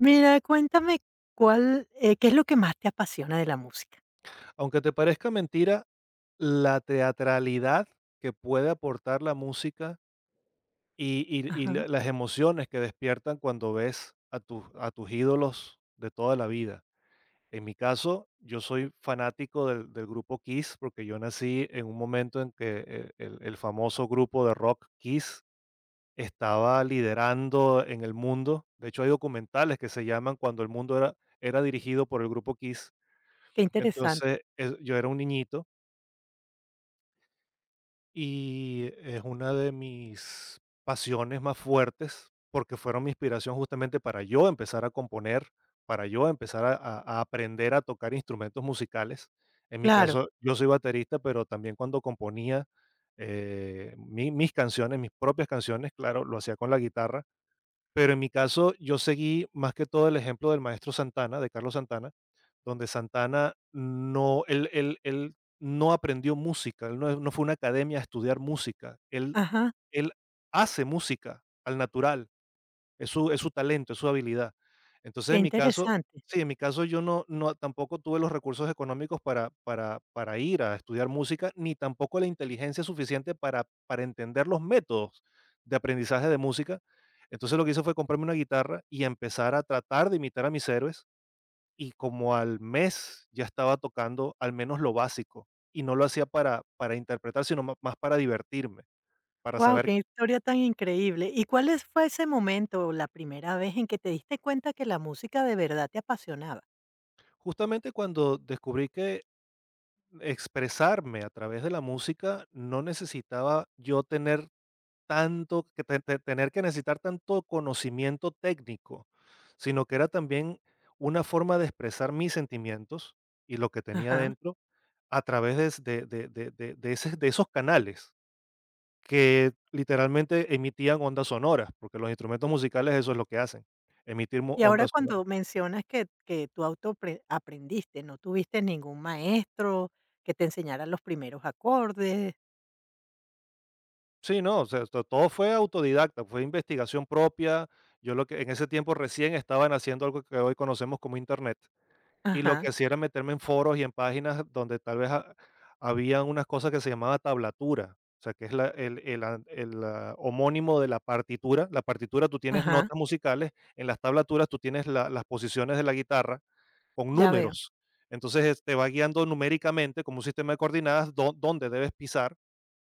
Mira, cuéntame cuál, ¿qué es lo que más te apasiona de la música? Aunque te parezca mentira, la teatralidad que puede aportar la música y Ajá, la las emociones que despiertan cuando ves a tus ídolos de toda la vida. En mi caso, yo soy fanático del grupo Kiss, porque yo nací en un momento en que el famoso grupo de rock Kiss estaba liderando en el mundo. De hecho, hay documentales que se llaman Cuando el mundo era dirigido por el grupo Kiss. qué interesante. Entonces, yo era un niñito y es una de mis pasiones más fuertes, porque fueron mi inspiración justamente para yo empezar a componer, para yo empezar a aprender a tocar instrumentos musicales. En mi Claro, caso, yo soy baterista, pero también cuando componía mis canciones, mis propias canciones, claro, lo hacía con la guitarra, pero en mi caso, yo seguí más que todo el ejemplo del maestro Santana, de Carlos Santana, donde Santana no, él no aprendió música, él no, no fue a una academia a estudiar música, él, ajá, él hace música al natural. Es su talento, es su habilidad. Entonces, qué en mi caso interesante. sí, en mi caso yo no tampoco tuve los recursos económicos para ir a estudiar música, ni tampoco la inteligencia suficiente para entender los métodos de aprendizaje de música. Entonces, lo que hice fue comprarme una guitarra y empezar a tratar de imitar a mis héroes, y como al mes ya estaba tocando al menos lo básico, y no lo hacía para interpretar, sino ma más para divertirme, para Wow, saber qué historia tan increíble. ¿ Fue ese momento o la primera vez en que te diste cuenta que la música de verdad te apasionaba? justamente cuando descubrí que expresarme a través de la música, no necesitaba yo tener tanto, que tener que necesitar tanto conocimiento técnico, sino que era también una forma de expresar mis sentimientos y lo que tenía Ajá. dentro a través de de esos canales que literalmente emitían ondas sonoras, porque los instrumentos musicales eso es lo que hacen, emitir Y ahora ondas sonoras. cuando mencionas que tú auto aprendiste, no tuviste ningún maestro que te enseñara los primeros acordes. Sí, no, o sea, to todo fue autodidacta, fue investigación propia. Yo lo que en ese tiempo recién estaban haciendo algo que hoy conocemos como Internet, y lo que Ajá, hacía era meterme en foros y en páginas donde tal vez ha habían unas cosas que se llamaba tablatura, o sea, que es la el an el, ah, homónimo de la partitura. La partitura, tú tienes ajá, notas musicales, en las tablaturas tú tienes la las posiciones de la guitarra con ya veo. números. Entonces, te va guiando numéricamente como un sistema de coordenadas dó dónde debes pisar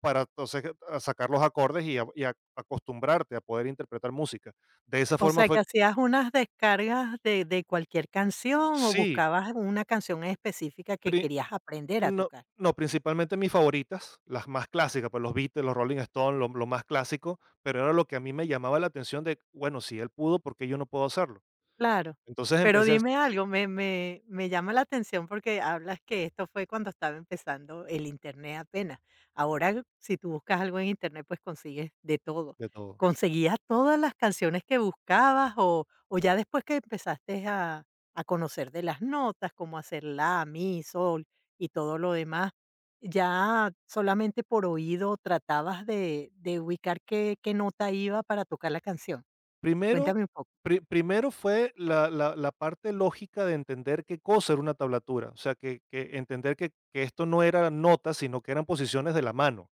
para entonces a sacar los acordes y a acostumbrarte a poder interpretar música. De esa O forma sea, fue que hacías unas descargas de cualquier canción, o sí, buscabas una canción específica que pri querías aprender a no tocar. no, principalmente mis favoritas, las más clásicas, pues, los Beatles, los Rolling Stones, lo más clásico, pero era lo que a mí me llamaba la atención de, bueno, si él pudo, ¿por qué yo no puedo hacerlo? Claro. Entonces Pero empecé a hacer dime algo, me llama la atención porque hablas que esto fue cuando estaba empezando el Internet apenas. Ahora, si tú buscas algo en Internet, pues consigues de todo. de todo. ¿Conseguías todas las canciones que buscabas o ya después que empezaste a conocer de las notas, cómo hacer la, mi, sol y todo lo demás, ya solamente por oído tratabas de ubicar qué nota iba para tocar la canción? Primero Cuéntame un poco. Primero fue la parte lógica de entender qué cosa era una tablatura, o sea, que entender que esto no era notas, sino que eran posiciones de la mano.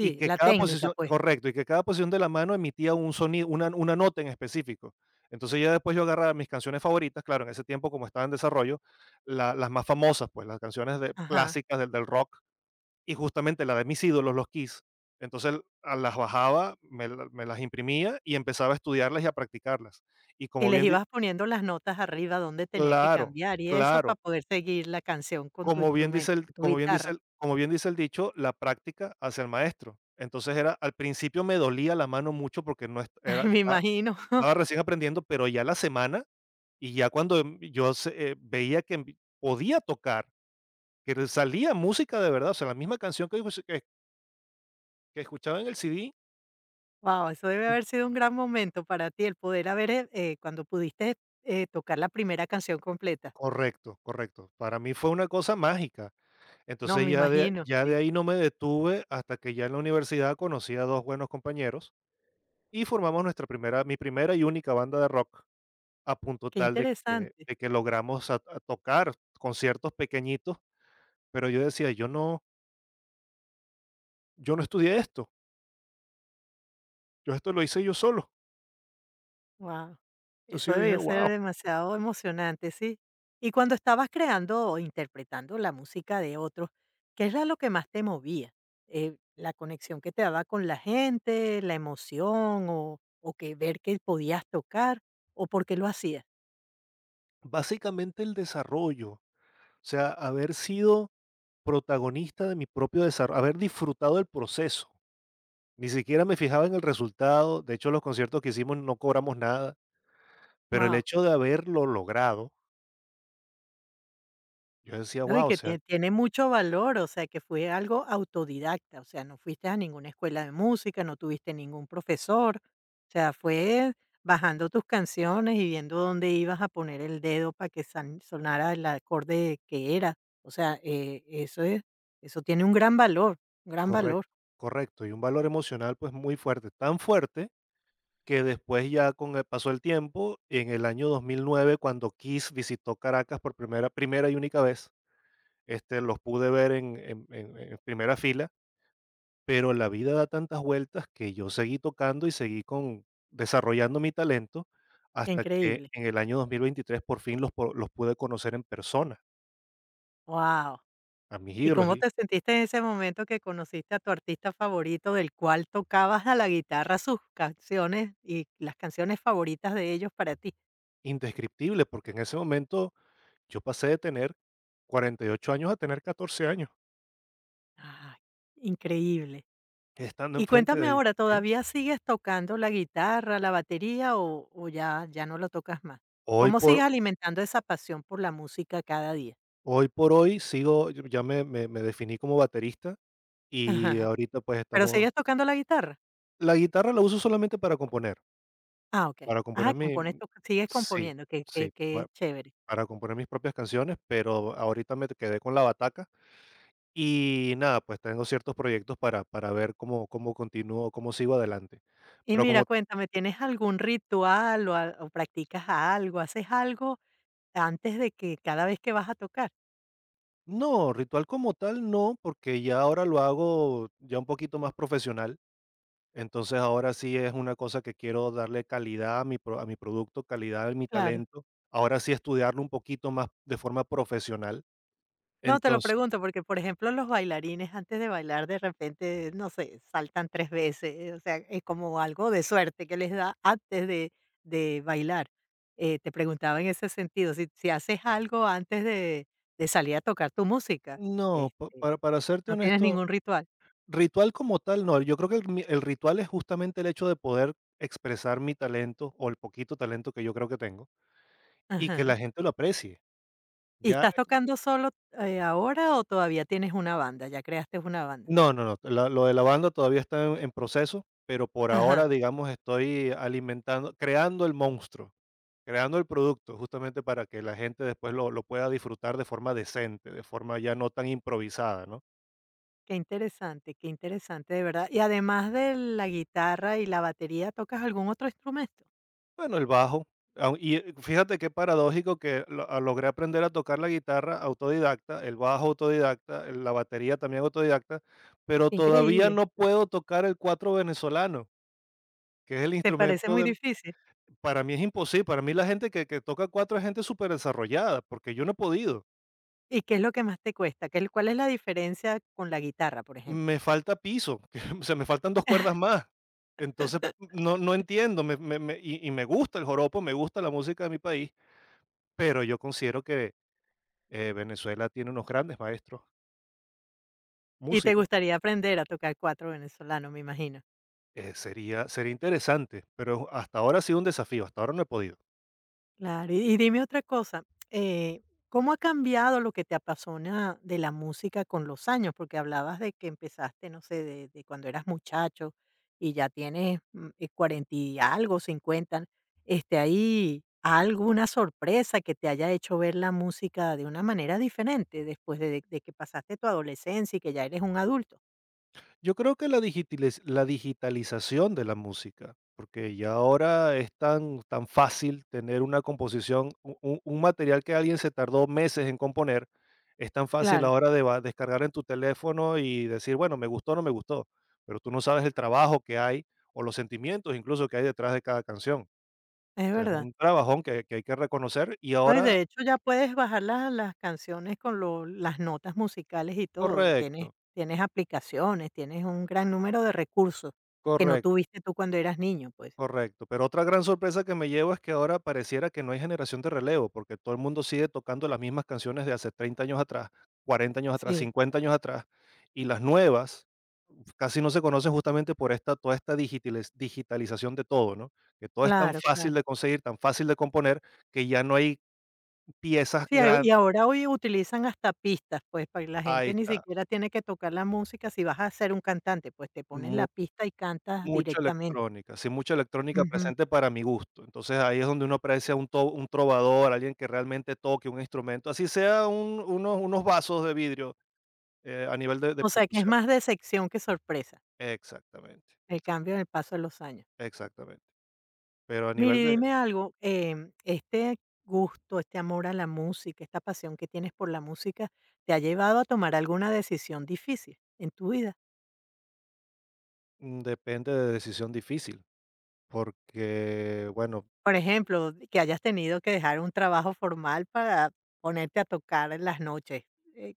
Y que la cada técnica, posición pues. correcto, y que cada posición de la mano emitía un sonido, una nota en específico. Entonces, ya después yo agarraba mis canciones favoritas, claro, en ese tiempo, como estaba en desarrollo, la las más famosas, pues, las canciones de Ajá. clásicas del rock, y justamente la de mis ídolos, los Kiss. Entonces, a las bajaba, me las imprimía y empezaba a estudiarlas y a practicarlas. Y Y como les bien di ibas poniendo las notas arriba donde tenía que claro, cambiar y eso para claro, poder seguir la canción con tu Como bien dice instrumento, el con tu como bien dice guitarra. el como bien dice el dicho, la práctica hace el maestro. Entonces era al principio me dolía la mano mucho porque no est Ay, era me estaba imagino. estaba recién aprendiendo, pero ya la semana y ya cuando, yo se veía que envi podía tocar, que le salía música de verdad, o sea, la misma canción que que escuchaba en el CD Wow, eso debe haber sido un gran momento para ti, el poder haber, cuando pudiste tocar la primera canción completa. correcto, correcto. Para mí fue una cosa mágica. No, Entonces me imagino, ya de sí. ahí no me detuve hasta que ya en la universidad conocí a 2 buenos compañeros y formamos nuestra primera mi primera y única banda de rock, a punto Qué tal interesante. de que logramos a tocar conciertos pequeñitos, pero yo decía: Yo no estudié esto, yo esto lo hice yo solo". Wow, Entonces eso yo dije: debió ser "Guau". demasiado emocionante, sí. Y cuando estabas creando o interpretando la música de otros, ¿qué era lo que más te movía? ¿La conexión que te daba con la gente, la emoción o que ver que podías tocar o por qué lo hacías? Básicamente el desarrollo, o sea, haber sido protagonista de mi propio desarrollo, haber disfrutado del proceso. Ni siquiera me fijaba en el resultado, de hecho, los conciertos que hicimos no cobramos nada, pero el Wow. hecho de haberlo logrado, yo decía: No, y "Guau", o que sea tiene mucho valor, o sea, que fue algo autodidacta, o sea, no fuiste a ninguna escuela de música, no tuviste ningún profesor, o sea, fue bajando tus canciones y viendo dónde ibas a poner el dedo para que san sonara el acorde que era, o sea, eso es eso tiene un gran correcto, valor, correcto, y un valor emocional, pues, muy fuerte, tan fuerte que después ya con el paso del tiempo, en el año 2009 cuando Kiss visitó Caracas por primera y única vez, este, los pude ver en primera fila, pero la vida da tantas vueltas que yo seguí tocando y seguí con desarrollando mi talento qué hasta que increíble. en el año 2023 por fin los pude conocer en persona, Wow. a mis ¿Y ídolos, cómo y te sentiste en ese momento que conociste a tu artista favorito, del cual tocabas a la guitarra sus canciones y las canciones favoritas de ellos para ti? indescriptible, porque en ese momento yo pasé de tener 48 años a tener 14 años, Ah, increíble. estando Y enfrente de cuéntame ellos, ahora, ¿sí? ¿todavía sigues tocando la guitarra, la batería o ya, ya no lo tocas más? Hoy ¿Cómo por sigues alimentando esa pasión por la música cada día? hoy por hoy sigo yo ya me definí como baterista y Ajá. ahorita, pues, ¿Pero estamos sigues tocando la guitarra? la guitarra la uso solamente Ah, ok. para Ah, componer compones, mi sigues sí, componiendo, sí, qué pa chévere. para componer mis propias canciones, pero ahorita me quedé con la bataca y nada, pues, tengo ciertos proyectos para ver cómo continúo, cómo sigo adelante. Y Pero mira, como cuéntame, ¿tienes algún ritual o practicas algo, haces algo antes de que cada vez que vas a tocar? no, ritual como tal no, porque ya ahora lo hago ya un poquito más profesional. Entonces ahora sí es una cosa que quiero darle calidad a mi a mi producto, calidad a mi Claro. talento. Ahora sí estudiarlo un poquito más de forma profesional. No, te lo Entonces, pregunto porque, por ejemplo, los bailarines antes de bailar de repente, no sé, saltan 3 veces, o sea, es como algo de suerte que les da antes de bailar. Te preguntaba en ese sentido, si haces algo antes de salir a tocar tu música, no, este, para serte ¿no tienes honesto, ningún ritual? ritual como tal no. Yo creo que el ritual es justamente el hecho de poder expresar mi talento o el poquito talento que yo creo que tengo y que la Ajá. gente lo aprecie. ¿Y Ya estás tocando solo, ahora o todavía tienes una banda? ¿Ya creaste una banda? no, no, no, la lo de la banda todavía está en proceso, pero por Ajá. ahora, digamos, estoy alimentando creando el monstruo, creando el producto, justamente para que la gente después lo pueda disfrutar de forma decente, de forma ya no tan improvisada, ¿no? Qué interesante, de verdad. Y Sí. además de la guitarra y la batería, ¿tocas algún otro instrumento? Bueno, el bajo, fíjate qué paradójico que logré aprender a tocar la guitarra autodidacta, el bajo autodidacta, la batería también autodidacta, pero Qué todavía increíble. no puedo tocar el cuatro venezolano, que es el ¿Te parece instrumento muy de difícil? para mí es imposible, para mí la gente que toca cuatro es gente súper desarrollada, porque yo no he podido. ¿Y qué es lo que más te cuesta? ¿Qué cuál es la diferencia con la guitarra, por ejemplo? Me falta piso, que, o sea, me faltan dos cuerdas más. Entonces, no, no entiendo, y me gusta el joropo, me gusta la música de mi país, pero yo considero que Venezuela tiene unos grandes maestros Y te músicos. gustaría aprender a tocar cuatro venezolano, me imagino. Sería interesante, pero hasta ahora ha sido un desafío, hasta ahora no he podido. Claro, y dime otra cosa, eh, ¿cómo ha cambiado lo que te apasiona de la música con los años? Porque hablabas de que empezaste, no sé, de cuando eras muchacho y ya tienes 40 y algo, 50. ¿Hay alguna sorpresa que te haya hecho ver la música de una manera diferente después de que pasaste tu adolescencia y que ya eres un adulto? Yo creo que la digitalización de la música, porque ya ahora es tan fácil tener una composición, u un material que alguien se tardó meses en componer, es tan fácil Claro, ahora de ba descargar en tu teléfono y decir: "Bueno, me gustó o no me gustó", pero tú no sabes el trabajo que hay, o los sentimientos incluso que hay detrás de cada canción. es O sea, es verdad. un trabajón que hay que reconocer y No, y ahora de hecho ya puedes bajar la las canciones con lo las notas musicales y todo. Tienes correcto, tienes aplicaciones, tienes un gran número de recursos que no correcto. tuviste tú cuando eras niño, pues. Correcto, pero otra gran sorpresa que me llevo es que ahora pareciera que no hay generación de relevo, porque todo el mundo sigue tocando las mismas canciones de hace 30 años atrás, 40 años atrás, Sí, 50 años atrás, y las nuevas casi no se conocen justamente por esta, toda esta digitalización de todo, ¿no? Que todo es tan sí, claro, fácil claro. de conseguir, tan fácil de componer, que ya no hay piezas Sí, a y grandes. ahora hoy utilizan hasta pistas, pues, para la Ahí gente ni está. siquiera tiene que tocar la música si vas a ser un cantante, pues, te ponen la pista y cantas Mucha directamente. electrónica, sí, mucha electrónica Ujú. presente para mi gusto. Entonces, ahí es donde uno aprecia un trovador, alguien que realmente toque un instrumento, así sea un unos vasos de vidrio, a nivel de O sea, que es percusión. más decepción que sorpresa, Exactamente, el cambio en el paso de los años. exactamente. Pero a Mira, nivel y de dime algo, este gusto, este amor a la música, esta pasión que tienes por la música, ¿te ha llevado a tomar alguna decisión difícil en tu vida? mm, depende de decisión difícil, porque, bueno, Por ejemplo, que hayas tenido que dejar un trabajo formal para ponerte a tocar en las noches, eh,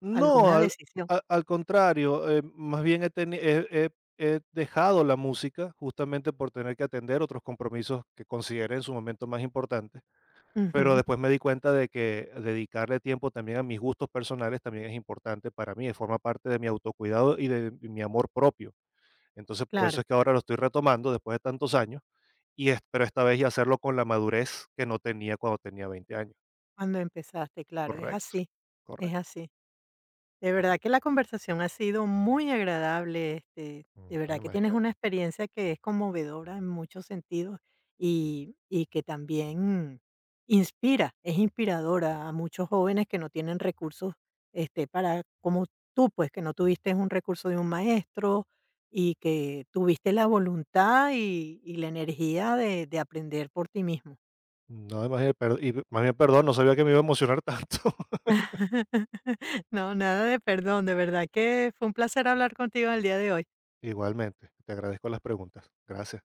no, ¿alguna al decisión? a al contrario, más bien he he dejado la música justamente por tener que atender otros compromisos que consideré en su momento más importantes. Pero Ujú, después me di cuenta de que dedicarle tiempo también a mis gustos personales también es importante para mí, forma parte de mi autocuidado y de mi amor propio. Entonces, por eso claro, es que ahora lo estoy retomando después de tantos años, y es pero esta vez ya hacerlo con la madurez que no tenía cuando tenía 20 años. cuando empezaste, claro, es Correcto, así, es correcto, así. De verdad que correcto. la conversación ha sido muy agradable, Mm, de no, verdad que tienes imagínate. una experiencia que es conmovedora en muchos sentidos y que también inspira, es inspiradora a muchos jóvenes que no tienen recursos para, como tú, pues que no tuviste un recurso de un maestro y que tuviste la voluntad y la energía de aprender por ti mismo. No, imagínate, pero y más bien, perdón, no sabía que me iba a emocionar tanto. No, nada de perdón, de verdad que fue un placer hablar contigo el día de hoy. Igualmente, te agradezco las preguntas. Gracias.